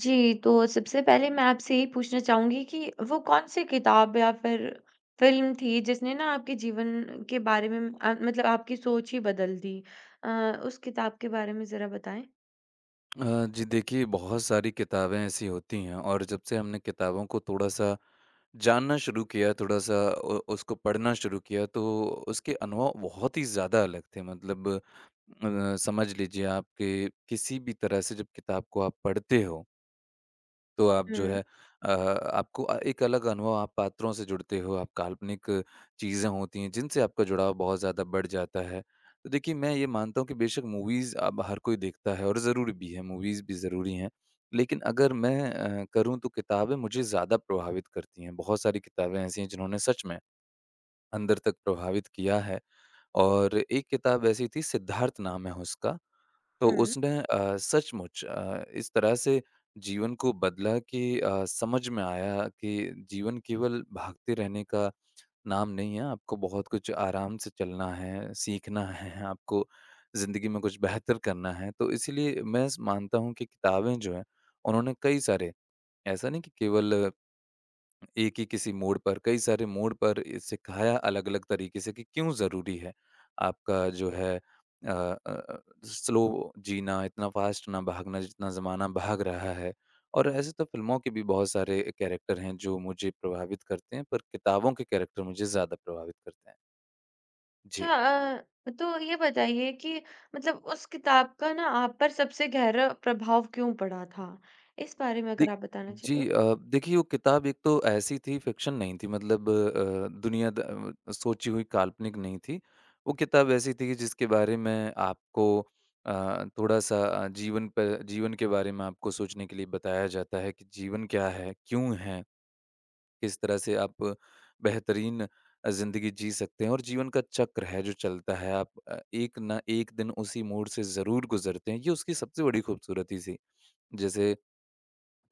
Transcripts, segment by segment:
जी, तो सबसे पहले मैं आपसे यही पूछना चाहूँगी कि वो कौन-सी किताब या फिर फ़िल्म थी जिसने ना आपके जीवन के बारे में मतलब आपकी सोच ही बदल दी? अ, उस किताब के बारे में ज़रा बताएँ। जी देखिए, बहुत सारी किताबें ऐसी होती हैं और जब से हमने किताबों को थोड़ा-सा जानना शुरू किया, थोड़ा-सा उ उसको पढ़ना शुरू किया, तो उसके अनुभव बहुत ही ज़्यादा अलग थे। मतलब समझ लीजिए आप, कि किसी भी तरह से जब किताब को आप पढ़ते हो तो आप जो हुँ, है अ, आपको एक अलग अनुभव, आप पात्रों से जुड़ते हो, आप काल्पनिक चीज़ें होती हैं जिनसे आपका जुड़ाव बहुत ज़्यादा बढ़ जाता है। तो देखिए, मैं ये मानता हूँ कि बेशक मूवीज़ अब हर कोई देखता है और ज़रूरी भी है, मूवीज़ भी ज़रूरी हैं। लेकिन अगर मैं करूँ तो किताबें मुझे ज़्यादा प्रभावित करती हैं। बहुत सारी किताबें ऐसी हैं जिन्होंने सच में अंदर तक प्रभावित किया है और एक किताब ऐसी थी, सिद्धार्थ नाम है उसका। तो हुँ। उसने सचमुच इस तरह से जीवन को बदला कि समझ में आया कि जीवन केवल भागते रहने का नाम नहीं है, आपको बहुत कुछ आराम से चलना है, सीखना है, आपको ज़िंदगी में कुछ बेहतर करना है। तो इसीलिए मैं स मानता हूँ कि किताबें जो हैं, उन्होंने कई सारे, ऐसा नहीं कि केवल एक ही किसी मोड़ पर, कई सारे मोड़ पर सिखाया, अलग-अलग तरीके से कि क्यों ज़रूरी है आपका जो है स्लो जीना, इतना फ़ास्ट ना भागना जितना ज़माना भाग रहा है। और ऐसे तो फ़िल्मों के भी बहुत सारे कैरेक्टर हैं जो मुझे प्रभावित करते हैं, पर किताबों के कैरेक्टर मुझे ज़्यादा प्रभावित करते हैं। जी। अच्छा तो ये बताइए कि मतलब उस किताब का ना आप पर सबसे गहरा प्रभाव क्यों पड़ा था? इस बारे में अगर दे आप बताना चाहें तो? जी, देखिए, वो किताब एक तो ऐसी थी, फ़िक्शन नहीं थी, मतलब दुनिया द सोची हुई काल्पनिक नहीं थी। वो किताब ऐसी थी कि जिसके बारे में आपको थोड़ा-सा जीवन के बारे में आपको सोचने के लिए बताया जाता है कि जीवन क्या है? क्यों है? किस तरह से आप बेहतरीन ज़िंदगी जी सकते हैं, और जीवन का चक्र है जो चलता है, आप एक ना एक दिन उसी मोड़ से ज़रूर गुज़रते हैं। ये उसकी सबसे बड़ी खूबसूरती थी। जैसे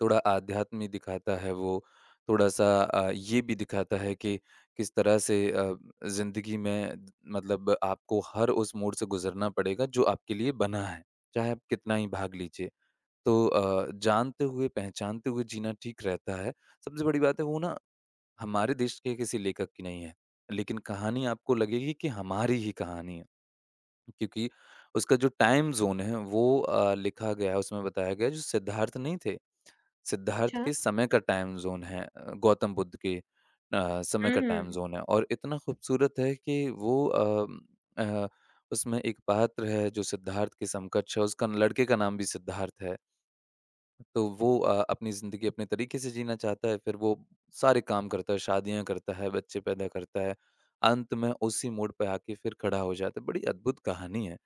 थोड़ा आध्यात्म दिखाता है वो, थोड़ा-सा ये भी दिखाता है कि किस तरह से ज़िंदगी में, मतलब आपको हर उस मोड़ से गुज़रना पड़ेगा जो आपके लिए बना है, चाहे आप कितना ही भाग लीजिए। तो जानते हुए, पहचानते हुए जीना ठीक रहता है। सबसे बड़ी बात है, वो ना हमारे देश के किसी लेखक की नहीं है, लेकिन कहानी आपको लगेगी कि हमारी ही कहानी है, क्योंकि उसका जो टाइम ज़ोन है वो लिखा गया है, उसमें बताया गया है, जो सिद्धार्थ नहीं थे, सिद्धार्थ अच्छा। के समय का टाइम ज़ोन है, गौतम बुद्ध के समय हुँ, का टाइम हुँ, ज़ोन है, और इतना खूबसूरत है कि वो अ, उसमें एक पात्र है जो सिद्धार्थ के समकक्ष है, उसका लड़के का नाम भी सिद्धार्थ है। तो वो अपनी ज़िंदगी अपने तरीके से जीना चाहता है, फिर वो सारे काम करता है, शादियाँ करता है, बच्चे पैदा करता है। अंत में उसी मोड़ पे आके फिर खड़ा हो जाता है। बड़ी अद्भुत कहानी है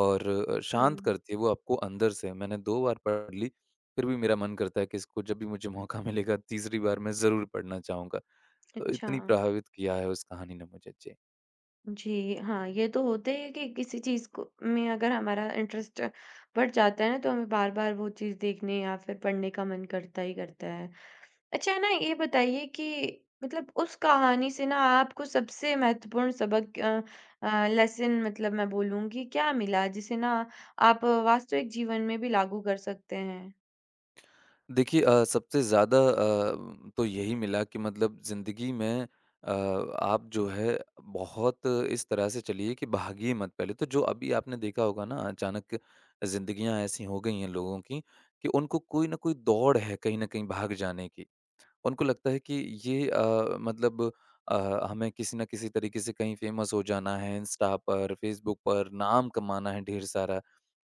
और हुँ। शांत करती है वो आपको अंदर से। मैंने 2 बार पढ़ ली, फिर भी मेरा मन करता है कि इसको, जब भी मुझे मौका मिलेगा, तीसरी बार मैं ज़रूर पढ़ना चाहूँगा। तो अच्छा। इतनी प्रभावित किया है उस कहानी ने मुझे। जी। जी, हाँ, ये तो होता ही है कि किसी चीज़ को में अगर हमारा इंटरेस्ट बढ़ जाता है ना, तो हमें बार-बार वो चीज़ देखने या फिर पढ़ने का मन करता ही करता है। अच्छा है ना, ये बताइए कि मतलब उस कहानी से ना आपको सबसे महत्वपूर्ण सबक लेसन मतलब मैं बोलूँगी क्या मिला, जिसे ना आप वास्तविक जीवन में भी लागू कर सकते हैं? देखिए, सबसे ज़्यादा तो यही मिला कि मतलब, ज़िंदगी में अ, आप जो है बहुत इस तरह से चलिए कि भागिए मत। पहले तो, जो अभी आपने देखा होगा ना, अचानक ज़िंदगियां ऐसी हो गई हैं लोगों की कि उनको कोई ना कोई दौड़ है कहीं ना कहीं भाग जाने की। उनको लगता है कि ये मतलब अ, हमें किसी न किसी तरीके से कहीं फ़ेमस हो जाना है, इंस्टा पर, फ़ेसबुक पर, नाम कमाना है ढेर सारा।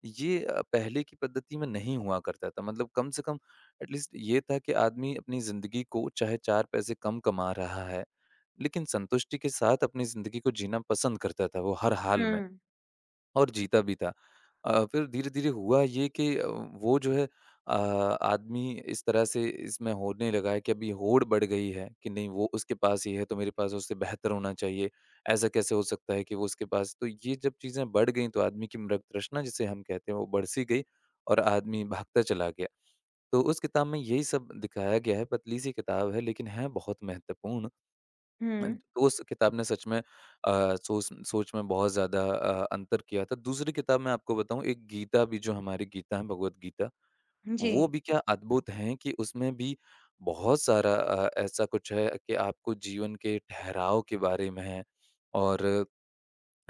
ये पहले की पद्धति में नहीं हुआ करता था। मतलब कम से कम एटलीस्ट ये था कि आदमी अपनी ज़िंदगी को, चाहे 4 पैसे कम कमा रहा है, लेकिन संतुष्टि के साथ अपनी ज़िंदगी को जीना पसंद करता था वो हर हाल में। हुँ, और जीता भी था। फिर धीरे-धीरे हुआ ये कि वो जो है अ, आदमी इस तरह से इसमें होने लगा है कि अभी होड़ बढ़ गई है कि नहीं, वो उसके पास ही है तो मेरे पास उससे बेहतर होना चाहिए। ऐसा कैसे हो सकता है कि वो उसके पास, तो ये जब चीज़ें बढ़ गई, तो आदमी की मृग तृष्णा जिसे हम कहते हैं, वो बढ़-सी गई और आदमी भागता चला गया। तो उस किताब में यही सब दिखाया गया है, पतली सी किताब है लेकिन है बहुत महत्वपूर्ण। हुँ। तो उस किताब ने सच में सोच सोच में बहुत ज़्यादा अंतर किया था। दूसरी किताब मैं आपको बताऊँ, एक गीता भी जो हमारी गीता है, भगवत गीता, जी, वो भी क्या अद्भुत है कि उसमें भी बहुत सारा ऐसा कुछ है कि आपको जीवन के ठहराव के बारे में है, और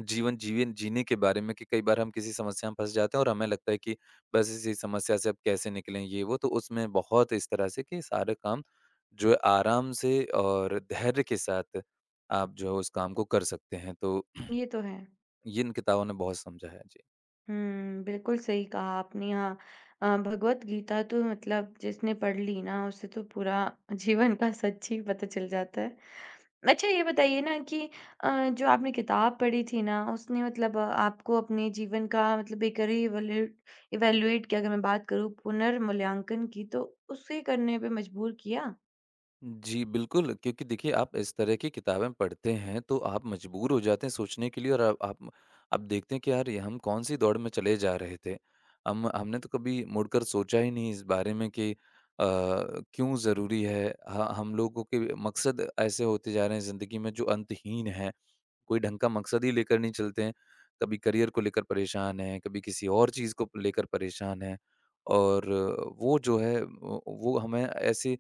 जीवन जीवन जीने के बारे में कि कई बार हम किसी समस्या में फँस जाते हैं और हमें लगता है कि बस इसी समस्या से अब कैसे निकलें, ये वो। तो उसमें बहुत इस तरह से कि सारे काम जो है आराम से और धैर्य के साथ आप जो है उस काम को कर सकते हैं। तो ये तो है। ये इन किताबों ने बहुत समझाया। जी। हुँ, बिल्कुल सही कहा आपने हाँ। भगवत गीता तो मतलब जिसने पढ़ ली ना उसे तो पूरा जीवन का सच ही पता चल जाता है। अच्छा ये बताइए ना कि जो आपने किताब पढ़ी थी ना उसने मतलब आपको अपने जीवन का मतलब एक रीवैल्यूएट इवैल्यूएट की अगर मैं बात करूँ पुनर्मूल्यांकन की तो उसे करने पे मजबूर किया? जी, बिल्कुल, क्योंकि देखिए, आप इस तरह की किताबें पढ़ते हैं तो आप मजबूर हो जाते हैं सोचने के लिए, और आप देखते हैं कि यार, ये हम कौन-सी दौड़ में चले जा रहे थे। हम हमने तो कभी मुड़कर सोचा ही नहीं इस बारे में कि क्यों ज़रूरी है। ह हम लोगों के मकसद ऐसे होते जा रहे हैं ज़िंदगी में जो अंतहीन है, कोई ढंग का मकसद ही लेकर नहीं चलते हैं। कभी करियर को लेकर परेशान हैं, कभी किसी और चीज़ को लेकर परेशान हैं, और वो जो है, वो हमें ऐसे,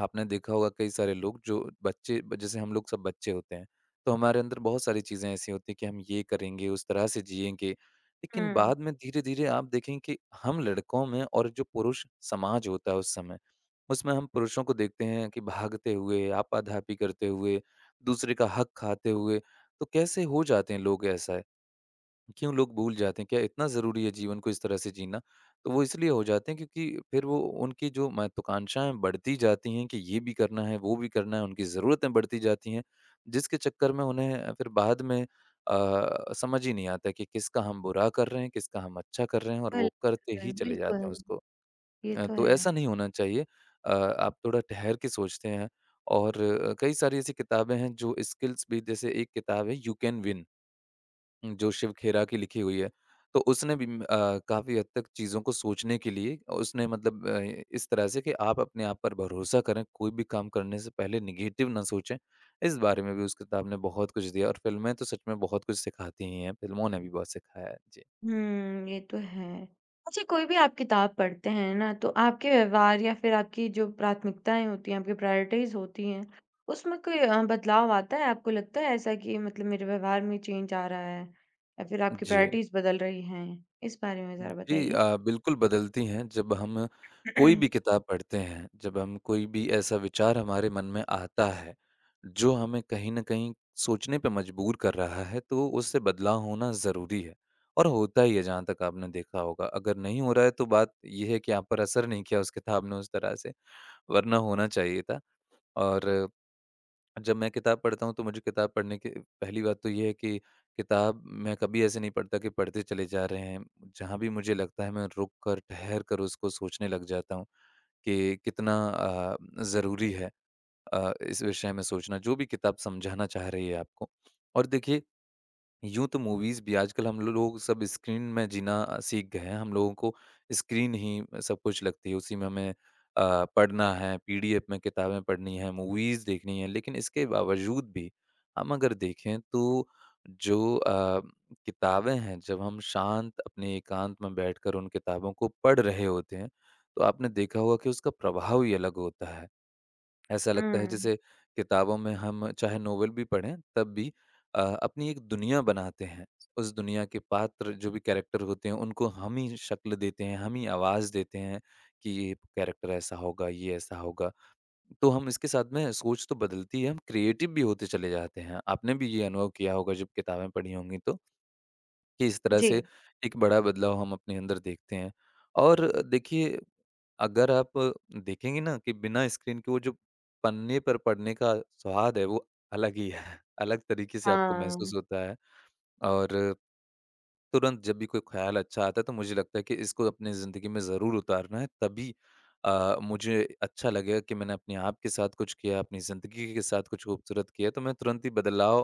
आपने देखा होगा, कई सारे लोग जो बच्चे, ब जैसे हम लोग सब बच्चे होते हैं, तो हमारे अंदर बहुत सारी चीज़ें ऐसी होती हैं कि हम ये करेंगे, उस तरह से जिएँगे। लेकिन हुँ। बाद में धीरे-धीरे आप देखें कि हम लड़कों में और जो पुरुष समाज होता है उस समय, उसमें हम पुरुषों को देखते हैं कि भागते हुए, आपाधापी करते हुए, दूसरे का हक खाते हुए, तो कैसे हो जाते हैं लोग ऐसा? क्यों लोग भूल जाते हैं, क्या इतना ज़रूरी है जीवन को इस तरह से जीना? तो वो इसलिए हो जाते हैं, क्योंकि फिर वो, उनकी जो महत्वाकांक्षाएँ बढ़ती जाती हैं कि ये भी करना है, वो भी करना है, उनकी ज़रूरतें बढ़ती जाती हैं, जिसके चक्कर में उन्हें फिर बाद में समझ ही नहीं आता कि किसका हम बुरा कर रहे हैं, किसका हम अच्छा कर रहे हैं, और बिल वो करते ही चले जाते बिल्कुल। हैं उसको। ये तो तो है। ऐसा नहीं होना चाहिए। आप थोड़ा ठहर के सोचते हैं, और कई सारी ऐसी किताबें हैं जो स्किल्स भी, जैसे एक किताब है यू कैन विन, जो शिव खेरा की लिखी हुई है। तो उसने भी काफ़ी हद तक चीज़ों को सोचने के लिए, उसने मतलब इस तरह से कि आप अपने आप पर भरोसा करें, कोई भी काम करने से पहले नेगेटिव ना सोचें। इस बारे में भी उस किताब ने बहुत कुछ दिया, और फ़िल्में तो सच में बहुत कुछ सिखाती ही हैं, फ़िल्मों ने भी बहुत सिखाया है। जी। हुँ, ये तो है। अच्छा कोई भी आप किताब पढ़ते हैं ना, तो आपके व्यवहार या फिर आपकी जो प्राथमिकताएँ होती हैं, आपकी प्रायोरिटीज़ होती हैं, उसमें कोई बदलाव आता है? आपको लगता है ऐसा कि मतलब मेरे व्यवहार में चेंज आ रहा है या फिर आपकी जी। प्रायोरिटीज़ बदल रही हैं? इस बारे में ज़रा जी। बताइए। बिल्कुल बदलती हैं, जब हम कोई भी किताब पढ़ते हैं, जब हम कोई भी ऐसा विचार हमारे मन में आता है, जो हमें कहीं न कहीं सोचने पे मजबूर कर रहा है, तो उससे बदलाव होना ज़रूरी है, और होता ही है जहाँ तक आपने देखा होगा। अगर नहीं हो रहा है तो बात ये है कि आप पर असर नहीं किया उस किताब ने उस तरह से, वरना होना चाहिए था। और जब मैं किताब पढ़ता हूँ तो मुझे किताब पढ़ने की पहली बात तो ये है कि किताब मैं कभी ऐसे नहीं पढ़ता कि पढ़ते चले जा रहे हैं। जहाँ भी मुझे लगता है, मैं रुक कर, ठहर कर उसको सोचने लग जाता हूँ कि कितना ज़रूरी है इस विषय में सोचना, जो भी किताब समझाना चाह रही है आपको। और देखिए, यूँ तो मूवीज़ भी आजकल हम लोग सब स्क्रीन में जीना सीख गए हैं। हम लोगों को स्क्रीन ही सब कुछ लगती है, उसी में हमें पढ़ना है, पीडीएफ में किताबें पढ़नी हैं, मूवीज़ देखनी है। लेकिन इसके बावजूद भी हम अगर देखें तो जो किताबें हैं, जब हम शांत अपने एकांत में बैठकर उन किताबों को पढ़ रहे होते हैं, तो आपने देखा होगा कि उसका प्रभाव ही अलग होता है। ऐसा लगता है हुँ, जैसे किताबों में, हम चाहे नोवेल भी पढ़ें, तब भी अपनी एक दुनिया बनाते हैं। उस दुनिया के पात्र जो भी कैरेक्टर होते हैं, उनको हम ही शक्ल देते हैं, हम ही आवाज़ देते हैं कि ये कैरेक्टर ऐसा होगा, ये ऐसा होगा। तो हम इसके साथ में सोच तो बदलती है, हम क्रिएटिव भी होते चले जाते हैं। आपने भी ये अनुभव किया होगा जब किताबें पढ़ी होंगी तो, कि इस तरह से जी, एक बड़ा बदलाव हम अपने अंदर देखते हैं। और देखिए, अगर आप देखेंगे ना कि बिना स्क्रीन के वो जो पन्ने पर पढ़ने का स्वाद है वो अलग ही है। अलग तरीके से आपको हाँ। महसूस होता है। और तुरंत जब भी कोई ख़्याल अच्छा आता है तो मुझे लगता है कि इसको अपनी ज़िंदगी में ज़रूर उतारना है, तभी मुझे अच्छा लगेगा कि मैंने अपने आप के साथ कुछ किया, अपनी ज़िंदगी के साथ कुछ खूबसूरत किया। तो मैं तुरंत ही बदलाव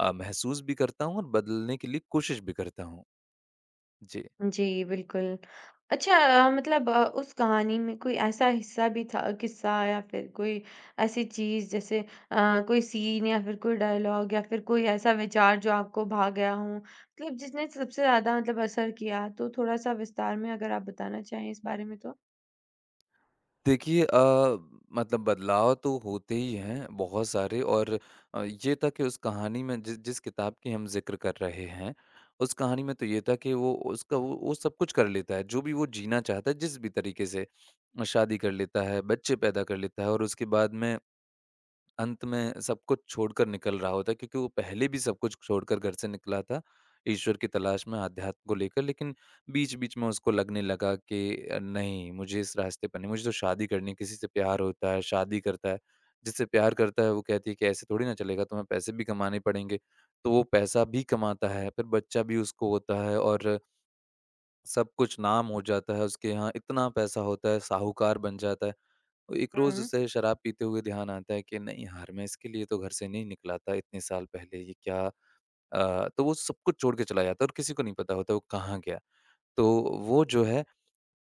महसूस भी करता हूँ और बदलने के लिए कोशिश भी करता हूँ। जी। जी, बिल्कुल। अच्छा मतलब उस कहानी में कोई ऐसा हिस्सा भी था किस्सा या फिर कोई ऐसी चीज़ जैसे कोई सीन या फिर कोई डायलॉग या फिर कोई ऐसा विचार जो आपको भा गया हो? मतलब जिसने सबसे ज़्यादा मतलब असर किया, तो थोड़ा-सा विस्तार में अगर आप बताना चाहें इस बारे में तो? देखिए, मतलब बदलाव तो होते ही हैं बहुत सारे। और ये था कि उस कहानी में, जिस जिस किताब की हम ज़िक्र कर रहे हैं, उस कहानी में तो ये था कि वो उसका वो सब कुछ कर लेता है, जो भी वो जीना चाहता है जिस भी तरीके से। शादी कर लेता है, बच्चे पैदा कर लेता है और उसके बाद में अंत में सब कुछ छोड़कर निकल रहा होता है, क्योंकि वो पहले भी सब कुछ छोड़कर घर से निकला था, ईश्वर की तलाश में अध्यात्म को लेकर। लेकिन बीच-बीच में उसको लगने लगा कि नहीं, मुझे इस रास्ते पर नहीं, मुझे तो शादी करनी है। किसी से प्यार होता है, शादी करता है। जिससे प्यार करता है वो कहती है कि ऐसे थोड़ी ना चलेगा, तुम्हें पैसे भी कमाने पड़ेंगे। तो वो पैसा भी कमाता है, फिर बच्चा भी उसको होता है और सब कुछ नाम हो जाता है उसके यहाँ, इतना पैसा होता है, साहूकार बन जाता है। एक रोज़ हुँ, उसे शराब पीते हुए ध्यान आता है कि नहीं यार, मैं इसके लिए तो घर से नहीं निकला था इतने साल पहले, ये क्या? तो वो सब कुछ छोड़ के चला जाता है और किसी को नहीं पता होता वो कहाँ गया। तो वो जो है,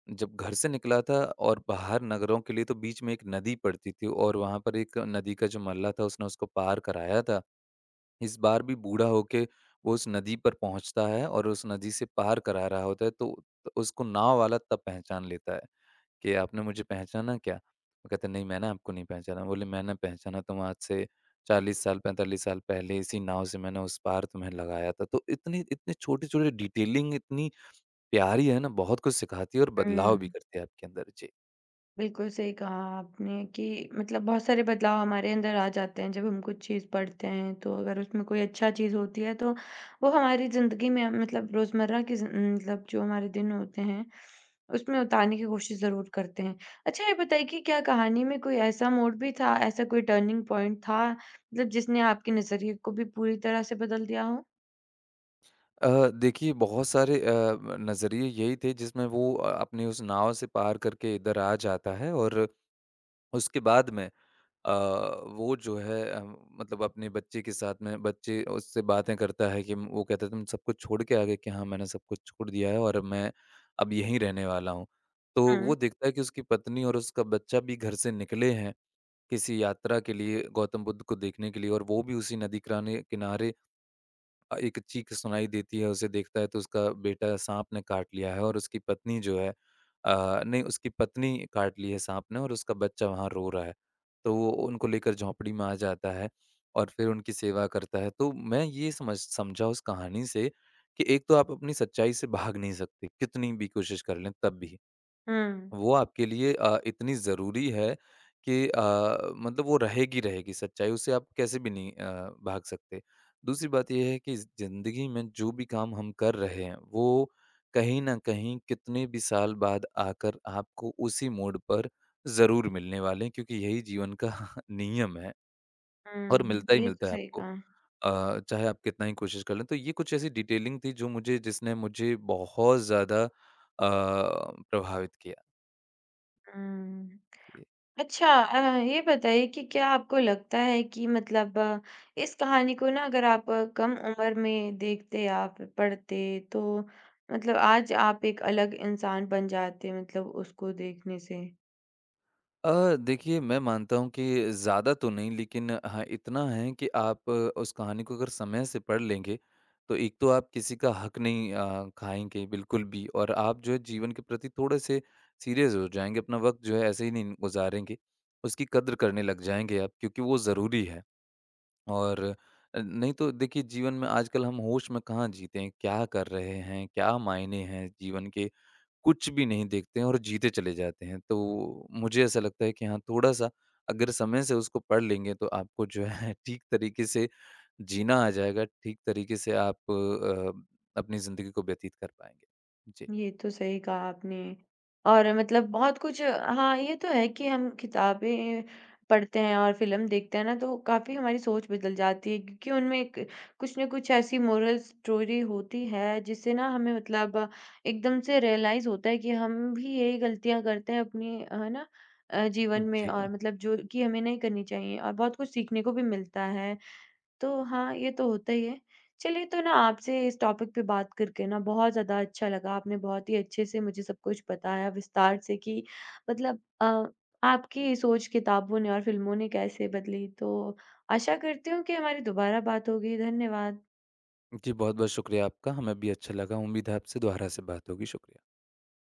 जब घर से निकला था और बाहर नगरों के लिए, तो बीच में एक नदी पड़ती थी और वहाँ पर एक नदी का जो मल्लाह था उसने उसको पार कराया था। इस बार भी बूढ़ा होके वो उस नदी पर पहुँचता है और उस नदी से पार करा रहा होता है, तो उसको नाव वाला तब पहचान लेता है। कि आपने मुझे पहचाना क्या? वो कहते नहीं, मैंने आपको नहीं पहचाना। बोले, मैंने पहचाना, तुम आज से 40 साल 45 साल पहले इसी नाव से मैंने उस पार तुम्हें लगाया था। तो इतनी इतने छोटे-छोटे डिटेलिंग इतनी प्यारी है ना, बहुत कुछ सिखाती है और बदलाव भी हुँ। करती है आपके अंदर। जी। बिल्कुल सही कहा आपने कि मतलब बहुत सारे बदलाव हमारे अंदर आ जाते हैं जब हम कुछ चीज़ पढ़ते हैं तो अगर उसमें कोई अच्छा चीज़ होती है तो वो हमारी ज़िंदगी में मतलब मतलब जो हमारे दिन होते हैं उसमें उतारने की कोशिश ज़रूर करते हैं। अच्छा ये बताइए कि क्या कहानी में कोई ऐसा मोड़ भी था, ऐसा कोई टर्निंग पॉइंट था मतलब जिसने आपके नज़रिए को भी पूरी तरह से बदल दिया हो? अ, देखिए, बहुत सारे नज़रिए यही थे जिसमें वो अपनी उस नाव से पार करके इधर आ जाता है। और उसके बाद में, अ, वो जो है, मतलब अपने बच्चे के साथ में, बच्चे उससे बातें करता है कि वो कहता है तुम सब कुछ छोड़ के आ गए? कि हाँ, मैंने सब कुछ छोड़ दिया है और मैं अब यहीं रहने वाला हूँ। तो हुँ। वो देखता है कि उसकी पत्नी और उसका बच्चा भी घर से निकले हैं किसी यात्रा के लिए, गौतम बुद्ध को देखने के लिए, और वो भी उसी नदी किराने किनारे। एक चीख सुनाई देती है, उसे देखता है तो उसका बेटा साँप ने काट लिया है और उसकी पत्नी जो है, नहीं, उसकी पत्नी काट ली है साँप ने और उसका बच्चा वहाँ रो रहा है। तो वो उनको लेकर झोंपड़ी में आ जाता है और फिर उनकी सेवा करता है। तो मैं ये समझा उस कहानी से, कि एक तो आप अपनी सच्चाई से भाग नहीं सकते, कितनी भी कोशिश कर लें तब भी। हुँ, वो आपके लिए इतनी ज़रूरी है कि मतलब वो रहेगी रहेगी सच्चाई, उससे आप कैसे भी नहीं भाग सकते। दूसरी बात ये है कि ज़िंदगी में जो भी काम हम कर रहे हैं, वो कहीं न कहीं कितने भी साल बाद आकर आपको उसी मोड़ पर ज़रूर मिलने वाले हैं, क्योंकि यही जीवन का नियम है और मिलता हुँ, ही ये तो मिलता है सही आपको। कहा। चाहे आप कितना ही कोशिश कर लें। तो ये कुछ ऐसी डिटेलिंग थी जो मुझे जिसने मुझे बहुत ज़्यादा प्रभावित किया। हुँ। अच्छा ये बताइए कि क्या आपको लगता है कि मतलब इस कहानी को ना अगर आप कम उम्र में देखते या फिर पढ़ते तो मतलब आज आप एक अलग इंसान बन जाते मतलब उसको देखने से? देखिए, मैं मानता हूँ कि ज़्यादा तो नहीं, लेकिन हाँ, इतना है कि आप उस कहानी को अगर समय से पढ़ लेंगे, तो एक तो आप किसी का हक नहीं खाएँगे बिल्कुल भी, और आप जो है जीवन के प्रति थोड़े-से सीरियस हो जाएँगे, अपना वक़्त जो है ऐसे ही नहीं गुज़ारेंगे, उसकी कद्र करने लग जाएँगे आप, क्योंकि वो ज़रूरी है। और नहीं तो देखिए, जीवन में आजकल हम होश में कहाँ जीते हैं, क्या कर रहे हैं, क्या मायने हैं जीवन के, कुछ भी नहीं देखते हैं और जीते चले जाते हैं। तो मुझे ऐसा लगता है कि हाँ, थोड़ा-सा अगर समय से उसको पढ़ लेंगे तो आपको जो है ठीक तरीके से जीना आ जाएगा, ठीक तरीके से आप अपनी ज़िंदगी को व्यतीत कर पाएँगे। जी। ये तो सही कहा आपने और मतलब बहुत कुछ हाँ ये तो है कि हम किताबें पढ़ते हैं और फिल्म देखते हैं ना तो काफ़ी हमारी सोच बदल जाती है क्योंकि उनमें एक कुछ ना कुछ ऐसी मोरल स्टोरी होती है जिससे ना हमें मतलब एकदम से रियलाइज होता है कि हम भी यही गलतियां करते हैं अपनी है ना जीवन में और जी। मतलब जो कि हमें नहीं करनी चाहिए और बहुत कुछ सीखने को भी मिलता है तो हाँ, ये तो होता ही है। चलिए तो ना आपसे इस टॉपिक पे बात करके ना बहुत ज़्यादा अच्छा लगा। आपने बहुत ही अच्छे से मुझे सब कुछ बताया विस्तार से कि मतलब आपकी सोच किताबों ने और फ़िल्मों ने कैसे बदली। तो आशा करती हूँ कि हमारी दोबारा बात होगी। धन्यवाद। जी, बहुत-बहुत शुक्रिया आपका। हमें भी अच्छा लगा। उम्मीद है आपसे दोबारा से बात होगी। शुक्रिया।